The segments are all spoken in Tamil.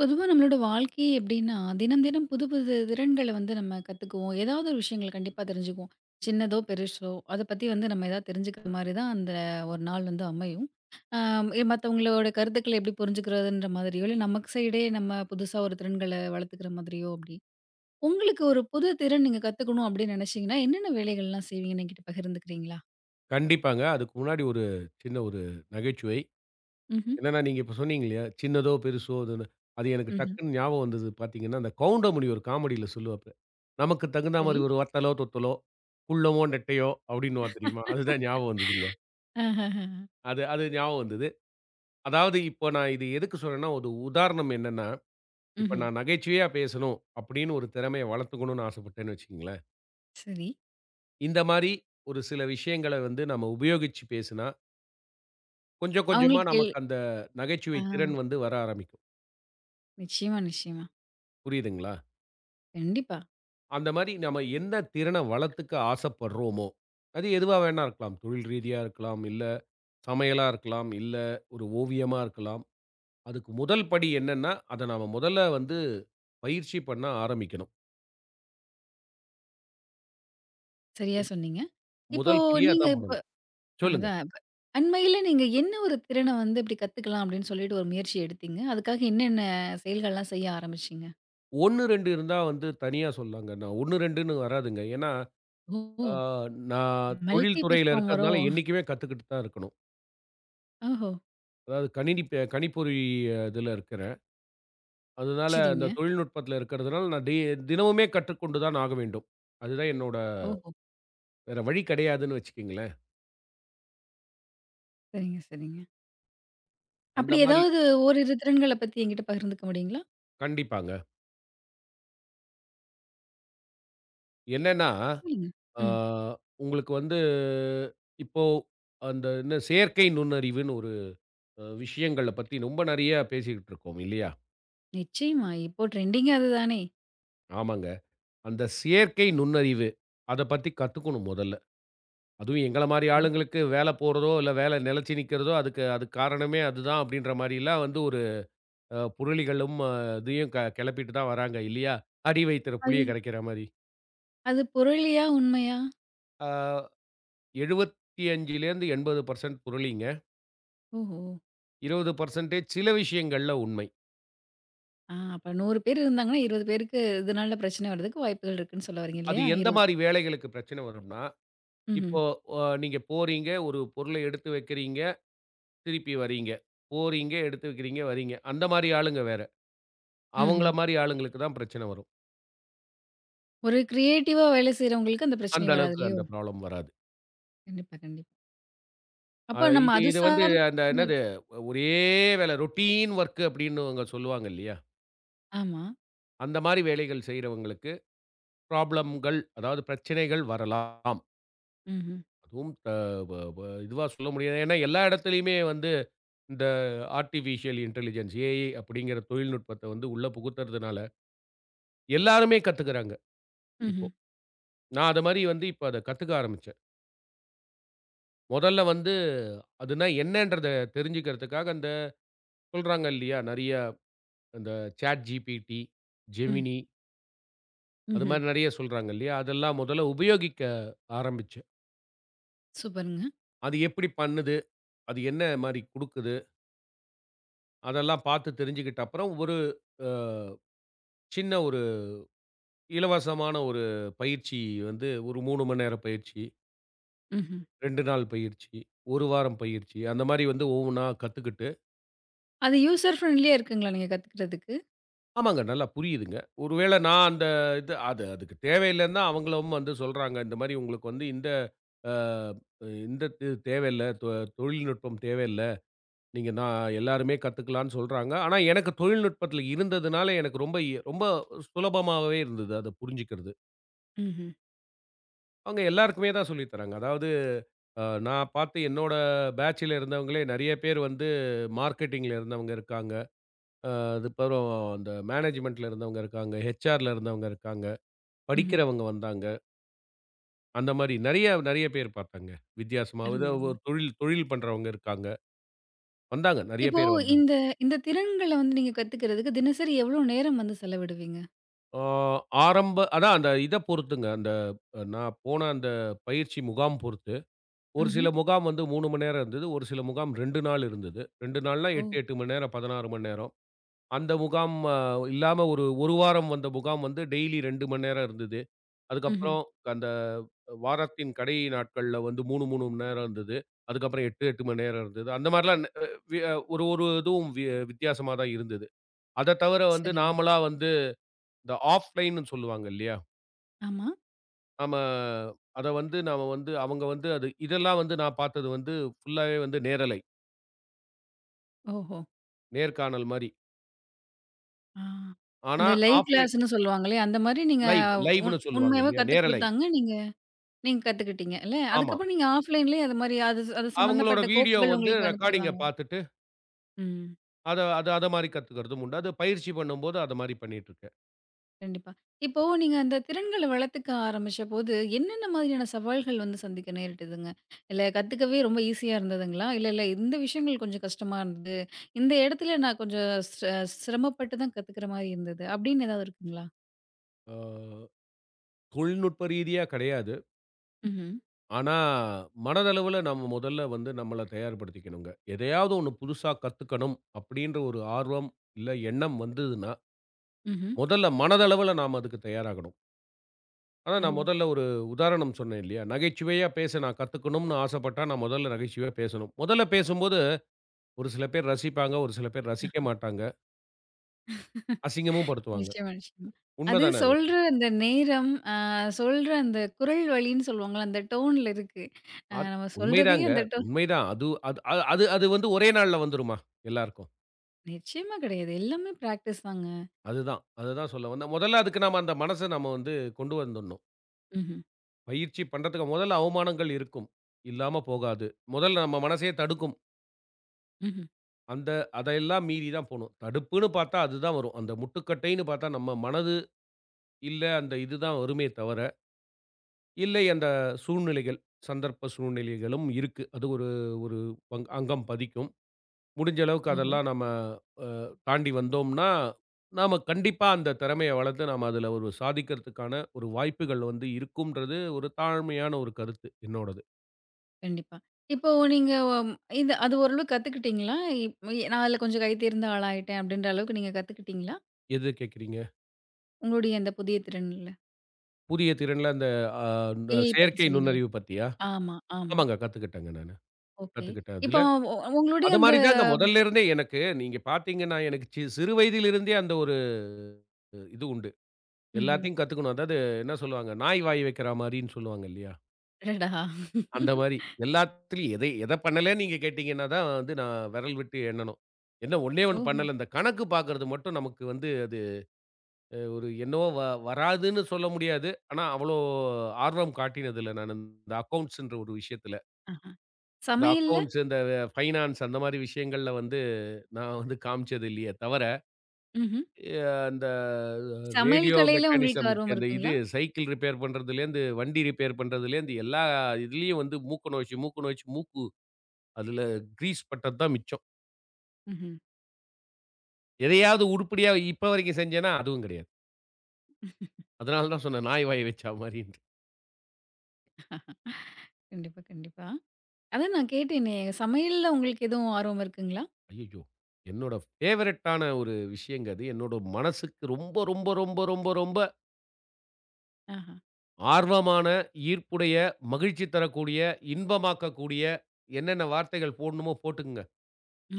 பொதுவா நம்மளோட வாழ்க்கை எப்படின்னா, தினம் தினம் புது புது திறன்கள வந்து நம்ம கத்துக்குவோம். ஏதாவது ஒரு விஷயங்கள் கண்டிப்பா தெரிஞ்சுக்குவோம். சின்னதோ, பெருசோ அத பத்தி வந்து நம்ம ஏதாவது தெரிஞ்சுக்கிற மாரி தான் அந்த ஒரு நாள் வந்து அமையும். அ மத்தவங்களோட கருத்துக்கள எப்படி புரிஞ்சுக்கிறதுன்ற மாதிரியோ, இல்ல நமக்கு சைடே நம்ம புதுசா ஒரு திறன்கள வளர்த்துக்கிற மாதிரியோ அப்படி. உங்களுக்கு ஒரு புது திறன் நீங்க கத்துக்கணும் அப்படின்னு நினைச்சீங்கன்னா, என்னென்ன வேலைகள்லாம் செய்வீங்கன்னு என்கிட்ட பகிர்ந்துக்கிறீங்களா? கண்டிப்பாங்க. அதுக்கு முன்னாடி ஒரு சின்ன நகைச்சுவை. ம்ஹ்ம். என்னன்னா, நீங்க இப்ப சொன்னீங்க இல்லையா? சின்னதோ, பெருசோ அதுன்னு. அது எனக்கு ம்ஹ்ம். டக்குன்னு ஞாபகம் வந்தது பார்த்தீங்கன்னா, அந்த கவுண்டமணி ஒரு காமெடியில சொல்லுவாப்ல. "நமக்கு தகுந்தா சரி. மாரி ஒரு வத்தலோ, தொத்தலோ, குள்ளமோ, நெட்டையோ" அப்படின்னுவான் தெரியுமா? அதுதான் ஞாபகம் வந்ததுங்க. ஆஹஹஹ. அது அது ஞாபகம் வந்தது. அதாவது இப்போ நான் இது எதுக்கு சொல்றேன்னா, ஒரு உதாரணம் என்னன்னா, இப்ப ம்ஹ்ம். நான் நகைச்சுவையா பேசணும் அப்படின்னு ஒரு திறமைய வளர்த்துக்கணும்னு ஆசைப்பட்டேன்னு வச்சுக்கங்களேன். சரி. இந்த மாரி ஒரு சில விஷயங்கள வந்து நம்ம உபயோகிச்சு பேசினா கொஞ்சம் கொஞ்சமா அவங்களுக்கு நமக்கு எல்-. அந்த ஆ நகைச்சுவை திறன் வந்து வர ஆரம்பிக்கும். நிச்சயமா, நிச்சயமா. புரியுதுங்களா? கண்டிப்பா. அந்த மாரி நம்ம என்ன திறன வளர்த்துக்க ஆசைப்படுறோமோ, அது எதுவா வேணா இருக்கலாம். தொழில் ரீதியா இருக்கலாம், இல்ல சமையலா இருக்கலாம், இல்ல ஒரு ஓவியமா இருக்கலாம். அதுக்கு முதல் படி என்னன்னா, அத நாம முதல்ல வந்து பயிற்சி பண்ண ஆரம்பிக்கணும். சரியா முத சொன்னீங்க. இப்போ முதல் படியே நீங்க அதான் இப்ப பண்ணணும். சொல்லுங்க. அதான் இப்ப அண்மையில நீங்க என்ன ஒரு திறன வந்து இப்டி கத்துக்கலாம் அப்டின்னு சொல்லிட்டு ஒரு முயற்சி எடுத்தீங்க? அதுக்காக என்னென்ன செயல்கள்லாம் செய்ய ஆரம்பிச்சீங்க? 1, 2 இருந்தா வந்து தனியா சொல்லலாங்க. நான் 1, 2ன்னு வராதுங்க. ஏன்னா, ஓ! ஆ நான் தொழில் மல்டி துறையில பெர்ஃபார்மரோ? இருக்கிறதுனால என்னைக்குமே கத்துக்கிட்டு தான் இருக்கணும். ஓஹோ! அதாவது கணினி ப கணிப்பொறி இதுல இருக்கிறேன். அதனால அந்த சரிங்க. தொழில்நுட்பத்துல இருக்கிறதுனால நான் தினமுமே கற்றுக்கொண்டு தான் ஆக வேண்டும். அதுதான் என்னோட ஓஹோ! வேற வழி கிடையாதுன்னு வச்சுக்கங்களேன். சரிங்க, சரிங்க. அந்த அப்படி மாரி ஏதாவது ஓரிரு திறன்கள பத்தி என்கிட்ட பகிர்ந்துக்க முடியுங்களா? கண்டிப்பாங்க. என்னன்னா, சொல்லுங்க. ஆ ம். உங்களுக்கு வந்து இப்போ அந்த என்ன செயற்கை நுண்ணறிவுன்னு ஒரு விஷயங்கள பத்தி ரொம்ப நெறைய பேசிக்கிட்டு இருக்கோம் இல்லையா? நிச்சயமா. இப்போ ட்ரெண்டிங்கே அதுதானே. ஆமாங்க. அந்த செயற்கை நுண்ணறிவு அத பத்தி கத்துக்கணும் மொதல்ல. அதுவும் எங்கள மாரி ம். ஆளுங்களுக்கு வேல போறதோ, இல்ல வேல நிலைச்சு நிக்கிறதோ, அதுக்கு அதுக்கு காரணமே அதுதான் அப்படின்ற மாரிலாம் வந்து ஒரு புரளிகளும் இதையும் கெளப்பிட்டு தான் வராங்க இல்லையா? அடி வைத்திற புளிய அது கரைக்கிற மாரி. அது புரளியா? உண்மையா? ஆ. 75லேருந்து 80% புரளிங்க. ஓஹோ! 20% சில விஷயங்கள்ல உண்மை. அப்ப 100 பேர் இருந்தாங்கன்னா, 20 பேருக்கு இதனால பிரச்சனை வர்றதுக்கு வாய்ப்புகள் இருக்குன்னு சொல்ல வர்றீங்க அது இல்லையா? எந்த 20. மாரி வேலைகளுக்கு பிரச்சனை வரும்னா, ம்ஹ்ம். இப்போ நீங்க போறீங்க, ஒரு பொருள எடுத்து வைக்கிறீங்க, திருப்பி வரீங்க. போறீங்க, எடுத்து வைக்கிறீங்க, வரீங்க. அந்த மாரி ஆளுங்க வேற. ம்ஹ்ம். அவங்கள மாரி ஆளுங்களுக்கு தான் பிரச்சனை வரும். ஒரு கிரியேட்டிவா வேலை செய்றவங்களுக்கு அந்த அந்த பிரச்சனை வராது அளவுக்கு இல்லையோ? அந்த ப்ராப்ளம் வராது. கண்டிப்பா, கண்டிப்பா. அ அப்ப நம்ம இது அது இது வந்து சார்ந்த அந்த என்னது, ஒரே வேல ரொட்டீன் வொர்க் அப்டின்னுவங்க சொல்லுவாங்க இல்லையா? ஆமா. அந்த மாரி வேலைகள் செய்றவங்களுக்கு ப்ராப்ளம்கள், அதாவது பிரச்சனைகள் வரலாம். ம்ஹ்ம். அதுவும் அ வ வ இதுவா சொல்ல முடியாது. ஏன்னா, எல்லா இடத்துலயுமே வந்து இந்த ஆர்ட்டிஃபிஷியல் இன்டெலிஜென்ஸ் ஏஐ அப்படிங்கிற தொழில்நுட்பத்த வந்து உள்ள புகுத்துறதுனால, எல்லாருமே கத்துக்குறாங்க ம்ஹ்ம். இப்போ. நான் அது மாரி வந்து இப்ப அத கத்துக்க ஆரம்பிச்சேன். மொதல்ல வந்து அதுனா என்னன்றத தெரிஞ்சுக்கிறதுக்காக அந்த சொல்றாங்க இல்லையா? நெறைய அந்த Chat GPT, ம். Gemini அது ம்ஹ்ம். மாரி நெறைய சொல்றாங்க இல்லையா? அதெல்லாம் முதல்ல உபயோகிக்க ஆரம்பிச்சேன். சூப்பருங்க. அது எப்படி பண்ணுது? அது என்ன மாரி குடுக்குது? அதெல்லாம் பார்த்து தெரிஞ்சுகிட்ட அப்புறம் ஒரு அ சின்ன இலவசமான ஒரு பயிற்சி வந்து ஒரு 3 மணி நேர பயிற்சி, ம்ஹ்ம். 2 நாள் பயிற்சி, 1 வாரம் பயிற்சி அந்த மாரி வந்து ஒவ்வொன்னா கத்துக்கிட்டு, அது யூசர் ஃப்ரெண்ட்லியா இருக்குங்களா நீங்க கத்துக்கிறதுக்கு? ஆமாங்க நல்லா புரியுதுங்க. ஒருவேள நான் அந்த இது அது அதுக்கு தேவையில்லன்னா அவங்களும் வந்து சொல்றாங்க. இந்த மாரி உங்களுக்கு வந்து இந்த அ இந்த இது தேவையில்ல. தொழில்நுட்பம் தேவையில்ல. நீங்க நான் எல்லாருமே கத்துக்கலான்னு சொல்றாங்க. ஆனா, எனக்கு தொழில்நுட்பத்துல இருந்ததுனால எனக்கு ரொம்ப சுலபமாவே இருந்தது அத புரிஞ்சுக்கிறது. ம்ஹ்ம். அவங்க எல்லாருக்குமே தான் சொல்லி தராங்க. அதாவது நான் பார்த்து என்னோட பேட்ச்ல இருந்தவங்களே நெறைய பேர் வந்து மார்க்கெட்டிங்ல இருந்தவங்க இருக்காங்க. அ அதுக்கப்புறம் அந்த மேனேஜ்மென்ட்ல இருந்தவங்க இருக்காங்க. ஹெச்ஆர்ல இருந்தவங்க இருக்காங்க. ம்ஹ்ம். படிக்கிறவங்க வந்தாங்க. அந்த மாரி நெறைய நெறைய பேர் பார்த்தாங்க. வித்தியாசமா. அருமை, அருமை. ஏதோ தொழில் தொழில் பண்றவங்க இருக்காங்க. வந்தாங்க. நெறைய இப்போ பேர் வந்தாங்க. இந்த இந்த திறன்கள வந்து நீங்க கத்துக்கிறதுக்கு தினசரி எவ்ளோ நேரம் வந்து செலவிடுவீங்க? ஆ ஆரம்ப அதான் அந்த இத பொறுத்துங்க. அந்த நான் போன அந்த பயிற்சி முகாம் பொறுத்து. ஒரு ம்ஹ்ம். சில முகாம் வந்து 3 மணி நேரம் இருந்தது. ஒரு சில முகாம் 2 நாள் இருந்தது. 2 நாள்னா ஓ! 8, 8 மணி நேரம், 16 மணி நேரம். அந்த முகாம் இல்லாம ஒரு 1 வாரம் வந்த முகாம் வந்து டெய்லி 2 மணி நேரம் இருந்தது. ம்ஹ்ம். அதுக்கப்புறம் அந்த வாரத்தின் கடை நாட்கள்ல வந்து 3, 3 மணி நேரம் இருந்தது. அதுக்கப்புறம் 8, 8 மணி நேரம் இருந்தது. அந்த மாரிலாம் ந அ வி ஒரு ஒரு இதுவும் வித்தியாசமா தான் இருந்தது. அத தவிர வந்து சரிங்க. நாமளா வந்து இந்த ஆஃப்லைன்னு சொல்லுவாங்க இல்லையா? ஆமா. நாம அத வந்து நாம வந்து அவங்க வந்து அது இதெல்லாம் வந்து நான் பார்த்தது வந்து ஃபுல்லாவே வந்து நேரலை. ஓஹோ! நேர்காணல் மாரி. ஆ. ஆனா, அந்த லைவ் ஆஃப்லைன் கிளாஸ்ன்னு சொல்லுவாங்களே, அந்த மாரி நீங்க லைவ் லைவ்ன்னு சொல்லுவாங்க உண்மையாவே இல்லையா? கத்துக் நேரலை. குடுத்தாங்க. நீங்க நீங்க கத்துக்கிட்டீங்க இல்ல. ஆமா. அதுக்கப்புறம் நீங்க ஆஃப்லைன்லயே அது மாரி அது அது அவங்களோட சம்மந்தப்பட்ட வீடியோ கோப்புகள் வந்து உங்களுக்கு ரெக்கார்டிங்க அனுப்பிருவாங்க. பார்த்துட்டு, ம். அத அத அத மாரி கத்துக்கிறதும் உண்டு. அது பயிற்சி பண்ணும்போது அது மாரி பண்ணிட்டுருக்கேன். கண்டிப்பா. இப்போ நீங்க அந்த திறன்கள வளர்த்துக்க ஆரம்பிச்சபோது, என்னென்ன மாதிரியான சவால்கள் வந்து சந்திக்க நேரிட்டதுங்க? இல்ல கத்துக்கவே ரொம்ப ஈஸியா இருந்ததுங்களா? இல்ல, இல்ல இந்த விஷயங்கள் கொஞ்சம் கஷ்டமா இருந்தது. இந்த இடத்துல நான் கொஞ்சம் சிரமப்பட்டு தான் கத்துக்கிற மாரி இருந்தது. அப்படின்னு ஏதாவது இருக்குங்களா? ஆ தொழில்நுட்ப ரீதியா கிடையாது. ம்ஹ்ம். ஆனா, மனதளவுல நம்ம முதல்ல வந்து நம்மள தயார்படுத்திக்கணுங்க. எதையாவது ஒண்ணு புதுசா கத்துக்கணும் அப்படின்ற ஒரு ஆர்வம், இல்ல எண்ணம் வந்ததுன்னா, ம்ஹ்ம். முதல்ல மனதளவுல நாம அதுக்கு தயாராகணும். ஆனா, ஓ! நான் முதல்ல ஒரு உதாரணம் சொன்னேன் இல்லையா? நகைச்சுவையா பேச நான் கத்துக்கணும்னு ஆசைப்பட்டா, நான் முதல்ல நகைச்சுவையா பேசணும். முதல்ல பேசும்போது, ஒரு சில பேர் ரசிப்பாங்க, ஒரு சில பேர் ரசிக்க மாட்டாங்க. அசிங்கமும் படுத்துவாங்க. நிச்சயமா, நிச்சயமா. அது உண்மதானே அது? சொல்ற அந்த நேரம், சொல்ற அந்த குரல் வழின்னு சொல்லுவாங்கல்ல, அந்த டோன்ல இருக்கு. அது நம்ம சொல்றதே உண்மைதாங்க. அந்த டோன். உண்மைதான். அது அது அது அது அது வந்து ஒரே நாள்ல வந்துருமா? எல்லாருக்கும். நிச்சயமா கிடையாது. எல்லாமே பிராக்டிஸ் தாங்க. அதுதான். அதுதான் சொல்ல வந்தேன். முதல்ல அதுக்கு நாம அந்த மனச நம்ம வந்து கொண்டு வந்துடணும். ம்ஹ்ம், பயிற்சி பண்றதுக்கு முதல்ல அவமானங்கள் இருக்கும். இல்லாம போகாது. முதல்ல நம்ம மனசே தடுக்கும். ம்ஹ்ம். அந்த அதையெல்லாம் மீறி தான் போணும். தடுப்புன்னு பார்த்தா, அதுதான் வரும். அந்த முட்டுக்கட்டைன்னு பார்த்தா, நம்ம மனது இல்ல அந்த இதுதான் வருமே தவிர, இல்லை அந்த சூழ்நிலைகள், சந்தர்ப்ப சூழ்நிலைகளும் இருக்கு. அது ஒரு ஒரு பங் அங்கம் பதிக்கும். முடிஞ்ச அளவுக்கு ஓஹோ! அதெல்லாம் நம்ம அ தாண்டி வந்தோம்னா, நாம கண்டிப்பா அந்த திறமைய வளர்த்து நாம அதுல ஒரு சாதிக்கிறதுக்கான ஒரு வாய்ப்புகள் வந்து இருக்கும்ன்றது ஒரு தாழ்மையான ஒரு கருத்து என்னோடது. கண்டிப்பா. இப்போ நீங்க இது அது ஓரளவுக்கு கத்துக்கிட்டீங்களா? நான் அதுல கொஞ்சம் கை தேர்ந்த ஆளாயிட்டேன் அப்படின்ற அளவுக்கு நீங்க கத்துக்கிட்டீங்களா? எது கேட்கிறீங்க? உங்களுடைய அந்த புதிய திறன்ல? புதிய திறன்ல அந்த அ ஏஐ பத்தி செயற்கை சொன்னீங்களே. நுண்ணறிவு பத்தியா? ஆமா, ஆமா. ஆமாங்க. கத்துக்கிட்டேங்க நானு. ஓகே. கத்துக்கிட்டேன் இப்போ அதுல. உங்களுடைய அது அந்த. மாரி தாங்க முதல்ல இருந்தே எனக்கு. நீங்க பார்த்தீங்கன்னா, எனக்கு சிறு வயதிலிருந்தே அந்த ஒரு இது உண்டு. ம்ஹ்ம். எல்லாத்தையும் கத்துக்கணும். அதாவது என்ன சொல்லுவாங்க, நாய் வாய் வைக்கிறா மாரின்னு சொல்லுவாங்க இல்லையா? அடடா! அந்த மாரி. எல்லாத்துலயும் எத பண்ணலன்னு நீங்க கேட்டீங்கன்னா தான் வந்து நான் விரல் விட்டு எண்ணணும். என்ன ஒண்ணே ஒண்ணு ஓஹோ! பண்ணல. இந்த கணக்கு பார்க்கறது மட்டும் நமக்கு வந்து அது அ ஒரு என்னவோ வ வராதுன்னு சொல்ல முடியாது. ஆனா அவ்வளோ ஆர்வம் காட்டினதில்ல நானு இந்த அக்கவுண்ட்ஸ்ன்ற ஒரு விஷயத்துல. ஆஹா. இந்த சமையல். அக்கவுண்ட்ஸ், இந்த ஃபைனான்ஸ் அந்த மாரி விஷயங்கள்ல வந்து நான் வந்து காமிச்சது இல்லையே தவர ம்ஹ்ம். எ அந்த சமையல் ரேடியோ கலையில உங்களுக்கு ஆர்வம் மெக்கானிசம்க்கு அந்த இது இருக்குங்களா? சைக்கிள் ரிப்பேர் பண்றதுலேருந்து, வண்டி ரிப்பேர் பண்றதுலேருந்து, எல்லா இதுலயும் வந்து மூக்கு நுழைச்சு, மூக்கு நுழைச்சு மூக்கு அதுல கிரீஸ் பட்டது தான் மிச்சம். ம்ஹ்ம். எதையாவது உருப்படியா இப்ப வரைக்கும் செஞ்சேன்னா, அதுவும் கிடையாது. அதனால தான் சொன்னேன், நாய் வாய் வச்சா மாரின்ட்டு. கண்டிப்பா, கண்டிப்பா. அதான் நான் கேட்டேனே! சமையல்ல உங்களுக்கு எதுவும் ஆர்வம் இருக்குங்களா? ஐயய்யோ! என்னோட ஃபேவரைட்டான ஒரு விஷயங்க அது. என்னோட மனசுக்கு ரொம்ப, ரொம்ப, ரொம்ப, ரொம்ப, ரொம்ப ஆஹா. ஆர்வமான, ஈர்ப்புடைய, மகிழ்ச்சி தரக்கூடிய, இன்பமாக்கக்கூடிய, என்னென்ன வார்த்தைகள் போடணுமோ போட்டுக்குங்க.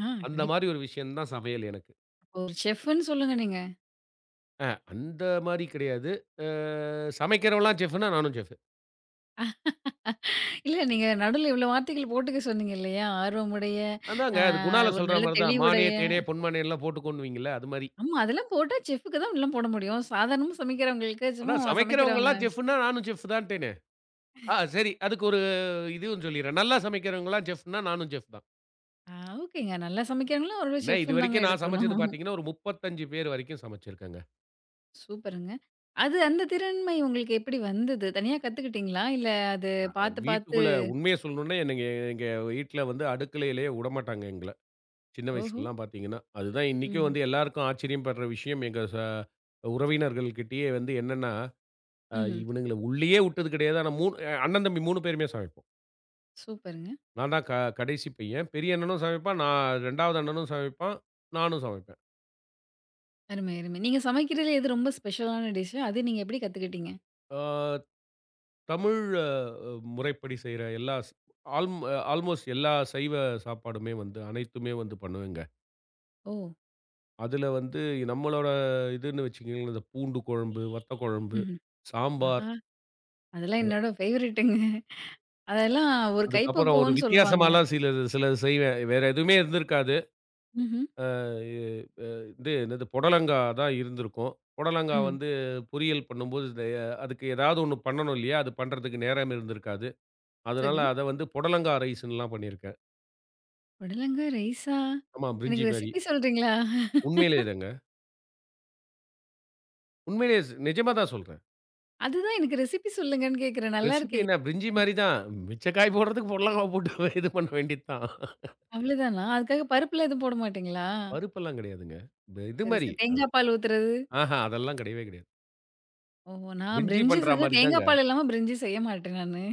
ஆ அந்த கண்டிப்பா. மாரி ஒரு விஷயம் தான் சமையல் எனக்கு. அப்போ ஒரு செஃப்ன்னு சொல்லுங்க நீங்க. அ அந்த மாரி கிடையாது. அ சமைக்கிறவன்லாம் செஃப்னா நானும் செஃப். இல்ல நீங்க நடுவுல இவ்ளோ வார்த்தைகள் போட்டுக்க சொன்னீங்க இல்லையா? ஆர்வமுடைய, அதாங்க அ அது குணால ஒரு சொல்ற நல்ல மாரி தான். மானே, தெளிவுடைய. தேனே, பொன்மானேன்லாம் போட்டுக்கோன்னுவீங்கல்ல அது மாரி. ஆமா அதெல்லாம் போட்டா செஃப்‌க்கு தான் எல்லாம் போட முடியும். சாதாரணமா சமைக்கிறவங்களுக்கு சும்மா அதான் சமைக்கிறவங்க. சமைக்கிறவங்கலாம் செஃப்னா நானும் செஃப் தான்ட்டேனே. ஆ சரி அதுக்கு ஒரு இதுவும் சொல்லிர்றேன். நல்லா சமைக்கிறவங்கலாம் செஃப்னா நானும் செஃப் தான். ஆ ஓகேங்க. நல்லா சமைக்கிறவங்களும் ஒரு என்ன செஃப்‌ன்னு தாங்க இதுவரைக்கும் நான் எடுத்துக்கணும். சமைச்சது பார்த்தீங்கன்னா, ஒரு 35 பேர் வரைக்கும் சமைச்சிருக்கேங்க. சூப்பருங்க. அது அந்த திறன்மை உங்களுக்கு எப்படி வந்தது? தனியா கத்துக்கிட்டீங்களா? இல்ல அது அ. அ பார்த்து பார்த்து. வீட்டுக்குள்ள உண்மைய சொல்லணும்னா என்னங்க எங்க வீட்ல வந்து அடுக்கலையிலேயே உடமாட்டாங்க எங்கள. சின்ன ஓஹோ! வயசுலலாம் பார்த்தீங்கன்னா. அதுதான் இன்னைக்கும் ம்ஹ்ம். வந்து எல்லாருக்கும் ஆச்சரியம் படுற விஷயம் எங்க ச உறவினர்கள்கிட்டயே வந்து என்னன்னா ம்ஹ்ம். இவனுங்கள உள்ளேயே உட்டது கிடையாது. ஆனா 3 அண்ணன், தம்பி 3 பேருமே சமைப்போம். சூப்பருங்க. நான் தான் கடைசி பையன். பெரிய அண்ணனும் சமைப்பான், நான் 2வது அண்ணனும் சமைப்பான், நானும் சமைப்பேன். அருமை, அருமை. நீங்க சமைக்கிறதுல எது ரொம்ப ஸ்பெஷலான டிஷ்? அது நீங்க எப்படி கத்துக்கிட்டீங்க? ஆ தமிழ் அ முறைப்படி செய்ற எல்லா ஸ் ஆல்ம் ஆல்மோஸ்ட் எல்லா சைவ சாப்பாடுமே வந்து அனைத்துமே வந்து பண்ணுவேங்க. ஓ! அதுல வந்து நம்மளோட இதுன்னு வச்சுக்கங்களேன், இந்த பூண்டு குழம்பு, வத்த குழம்பு, ம்ஹ்ம். சாம்பார், ஆஹா! அதெல்லாம் என்னோட ஃபேவரைட்டுங்க. அதெல்லாம் ஒரு அதுக்கப்புறம் ஒரு கைப்பக்குவம்ன்னு சொல்லுவாங்க. வித்தியாசமாலாம் சிலது சிலது செய்வேன். வேற எதுவுமே இருந்திருக்காது. ம்ஹ்ம். அ இது என்னது புடலங்கா தான் இருந்திருக்கும். புடலங்கா ம். வந்து பொரியல் பண்ணும்போது இந்த அதுக்கு ஏதாவது ஒண்ணு பண்ணணும் இல்லையா? அது பண்றதுக்கு நேரம் இருந்திருக்காது. அதனால சரி. அத வந்து புடலங்கா ரைஸ்ன்னுலாம் பண்ணியிருக்கேன். புடலங்கா ரைஸா? ஆமா, பிரிஞ்சி எனக்கு மாரி. ரெசிபி சொல்றீங்களா? உண்மையிலேயே தாங்க. உண்மையிலேயே நிஜமா தான் சொல்றேன். அதுதான் எனக்கு ரெசிபி சொல்லுங்கன்னு கேட்கிறேன். நல்லா ரெசிபி இருக்கே! என்ன பிரிஞ்சி மாரி தான். மிச்ச காய் போடுறதுக்கு புடலங்காவ போட்டு இது பண்ண வேண்டியது தான். அவ்வளோதானா? அதுக்காக பருப்புலாம் எதுவும் போட மாட்டீங்களா? பருப்பெல்லாம் கிடையாதுங்க. இந்த இது சரி, மாரி சரி. தேங்காய் பால் ஊத்துறது? ஆஹா அதெல்லாம் கிடையவே கிடையாது. ஓஹோ! நான் பிரிஞ்சி பிரிஞ்சி பண்றா செஞ்சா மாரி தாங்க. தேங்காய் பால் இல்லாம பிரிஞ்சி செய்ய மாட்டேன் நானு.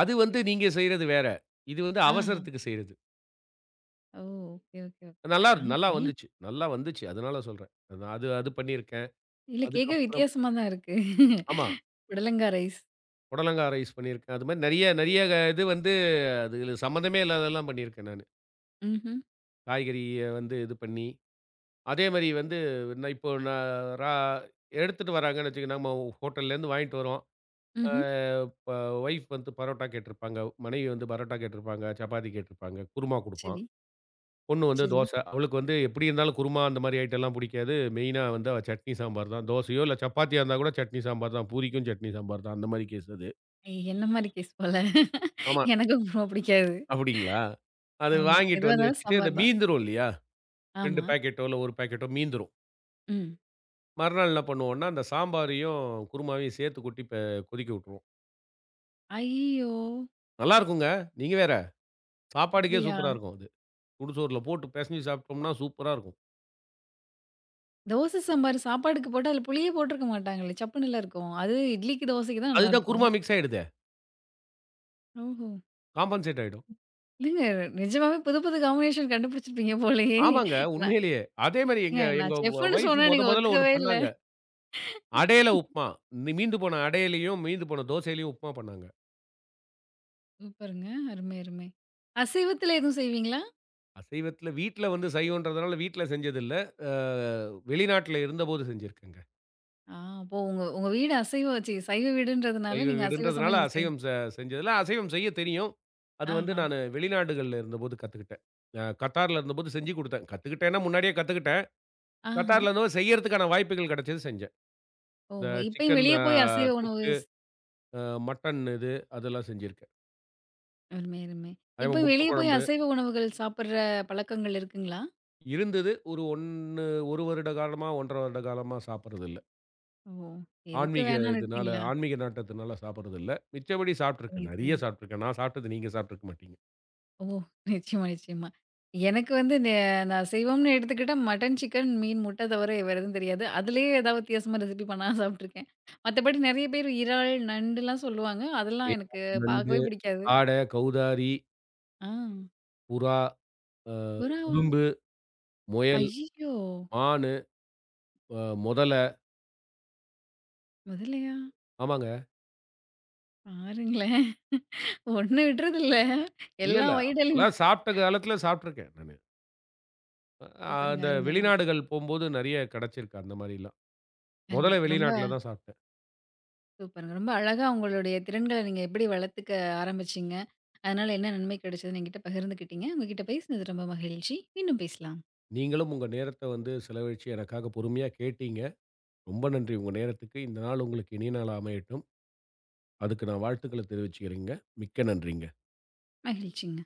அது வந்து நீங்க செய்றது வேற. இது வந்து ஆஹா. அவசரத்துக்கு செய்றது. ஓ! Okay, okay, okay. ஆனா நல்லா வந்துச்சு. நல்லா வந்துச்சு. அதனால சொல்றேன். அது அது அது பண்ணியிருக்கேன். இல்ல கேட்க அதுக்கப்புறம் வித்தியாசமா தான் இருக்கு. ஆமா. புடலங்காய் ரைஸ். புடலங்கா ரைஸ் பண்ணியிருக்கேன். அது மாரி நெறைய நெறைய இது வந்து அதுல சம்மந்தமே இல்லாததெல்லாம் பண்ணியிருக்கேன் நானு. ம்ஹ்ம், காய்கறிய வந்து இது பண்ணி, அதே மாரி வந்து நான் இப்போ நான் ரா எடுத்துட்டு வராங்கன்னு வச்சுக்கங்க, நம்ம ஹோட்டல்லேருந்து வாங்கிட்டு வரோம். அ ம்ஹ்ம். ப ஒய்ஃப் வந்து பரோட்டா கேட்டிருப்பாங்க. மனைவி வந்து பரோட்டா கேட்டிருப்பாங்க, சப்பாத்தி கேட்டிருப்பாங்க, குருமா குடுப்பான். சரி, பொண்ணு வந்து சரி. தோசை. அவளுக்கு வந்து எப்படி இருந்தாலும் குருமா அந்த மாரி ஐட்டம்லாம் புடிக்காது. மெயினா வந்து அவ சட்னி சாம்பார் தான். தோசையோ இல்ல சப்பாத்தியா இருந்தா கூட சட்னி சாம்பார் தான். பூரிக்கும் சட்னி சாம்பார் தான். அந்த மாரி கேஸ் அது. என்ன மாரி கேஸ் போல. ஆமா. எனக்கு உப்புமா பிடிக்காது. அப்படிங்களா? அது ஆமா. வாங்கிட்டு எதுவா வந்து இருந்தாலும் வச்சுட்டு அந்த சாம்பார் தான். மீந்துரும் இல்லையா? 2 ஆமா. பாக்கெட்டோ இல்ல 1 பாக்கெட்டோ மீந்துரும். ம். மறுநாள் என்ன பண்ணுவோம்னா, அந்த சாம்பாரையும், குருமாவையும் சேர்த்து கொட்டி ப கொதிக்க விட்டுருவோம். ஐய்யய்யோ! நல்லாருக்குங்க. நீங்க வேற. சாப்பாட்டுக்கே அப்படியா? சூப்பரா இருக்கும் அது. சுடுசோறுல போட்டு பெசஞ்சு சாப்பிட்டோம்னா சூப்பரா இருக்கும். தோசை சாம்பார் சாப்பாடுக்கு போட்டா அதுல புளியே போட்டிருக்க மாட்டாங்களே! சப்புன்னுல இருக்கும். அது இட்லிக்கு, தோசைக்கு தான் அதுதான் நல்லாருக்கும். குருமா மிக்ஸ் ஆயிடுதே! ஓஹோ! காம்பன்சேட் ஆயிடும். இல்லங்க நிஜமாவே புது புது காம்பினேஷன் கண்டுபிடிச்சிருப்பீங்க போலயே! ஆமாங்க. உண்மையிலேயே. அதே மாரி எங்க ஏங்க நான் எங்க வ செஃப்ன்னு வைஃப் சொன்னா நீங்க மொதல்ல ஒண்ணு ஒத்துக்கவே இல்ல. பண்ணாங்க. அடையில உப்புமா. இந்த மீந்து போன அடையிலயும், மீந்து போன தோசையிலயும் உப்புமா பண்ணாங்க. சூப்பருங்க. அருமை, அருமை. அசைவத்தில எதுவும் செய்வீங்களா? அசைவத்தில வீட்ல வந்து சைவம்ன்றதுனால வீட்ல செஞ்சதில்ல. அ வெளிநாட்ல இருந்தபோது செஞ்சிருக்கேங்க. ஆ அப்போ உங்க உங்க வீடு அசைவ சைவ வீடுன்றதுனால சைவ நீங்க அசைவ வீடுன்றதுனால சமையல் நீங்க செய். அசைவம் செ செஞ்சதில்ல. அசைவம் செய்ய தெரியும். அது வந்து ஆஹா, நானு வெளிநாடுகள்ல இருந்தபோது கத்துக்கிட்டேன். கத்தார்ல இருந்தபோது செஞ்சு குடுத்தேன். கத்துக்கிட்டேன்னா முன்னாடியே கத்துக்கிட்டேன். ஆஹா. கத்தார்ல இருந்தபோது செய்யறதுக்கான வாய்ப்புகள் கிடைச்சது செஞ்சேன். ஓ! இந்த இப்பயும் சிக்கன் வெளிய போய் அசைவ உணவு தொக்கு, அ மட்டன் இது அதெல்லாம் செஞ்சிருக்கேன். அருமை, அருமை. அதே மாரி இப்பயும் முட்டை வெளிய போய் குழம்பு. அசைவ உணவுகள் சாப்பிடுற பழக்கங்கள் இருக்குங்களா? இருந்தது. ஒரு 1 வருட காலமா, 1 1/2 வருட காலமா சாப்பிடுறது இல்ல. ஓ! எதுக்கு வேணான்னு விட்டீங்களா? ஆன்மீக நாட்டத்துனால சாப்பிடுறது இல்ல. மிச்சபடி சாப்பிட்டுருக்கேன். சரிங்க, நெறைய சரிங்க. சாப்பிட்டுருக்கேன். நான் சாப்பிட்டது நீங்க சாப்ட்டுருக்க மாட்டீங்க. ஓ! நிச்சயமா, நிச்சயமா. எனக்கு வந்து நான் சைவம்னு எடுத்துக்கிட்டா மட்டன், சிக்கன், மீன், முட்டை தவிர வேற எதுவும் தெரியாது. அதிலேயே ஏதாவது வித்தியாசமா ரெசிபி பண்ணா சாப்ட்டுருக்கேன். மத்தபடி நெறைய பேர் இறால், நண்டுலாம் சொல்லுவாங்க. அதெல்லாம் தேவா, எனக்கு பார்க்கவே நண்டு, பிடிக்காது. காட, கௌதாரி, ஆ புறா, அ புறாவா? உடும்பு, முயல், ஐய்யய்யோ! மானு, அ மொதல முதலையா? ஆமாங்க. பாருங்களேன். ஒண்ணு விட்றதில்ல. இல்ல, எல்லா இல்ல. வகையிலும் அப்பலாம் சாப்பிட்ட காலத்துல சாப்பிட்டுருக்கேன் நானு. அ சூப்பருங்க. அந்த அருமை, அருமை, வெளிநாடுகள் போம்போது நெறைய கெடைச்சிருக்கு அந்த மாரிலாம். அருமை. மொதல்ல ரொம்ப வெளிநாட்ல தான் சாப்பிட்டேன். சூப்பருங்க. ரொம்ப அழகா உங்களுடைய திறன்கள நீங்க எப்படி வளர்த்துக்க ஆரம்பிச்சீங்க? அதனால என்ன நன்மை கிடைச்சதுன்னு என்கிட்ட பகிர்ந்துக்கிட்டீங்க. உங்ககிட்ட பேசினது ரொம்ப மகிழ்ச்சி. மீண்டும் பேசலாம். நீங்களும் உங்க நேரத்த வந்து செலவழிச்சு எனக்காக பொறுமையா கேட்டீங்க. ரொம்ப நன்றி உங்க நேரத்துக்கு. இந்த நாள் உங்களுக்கு இனிய நாளா அமையட்டும். அதுக்கு நான் வாழ்த்துக்கள தெரிவிச்சுக்கிறேங்க. மிக்க நன்றிங்க. மகிழ்ச்சிங்க.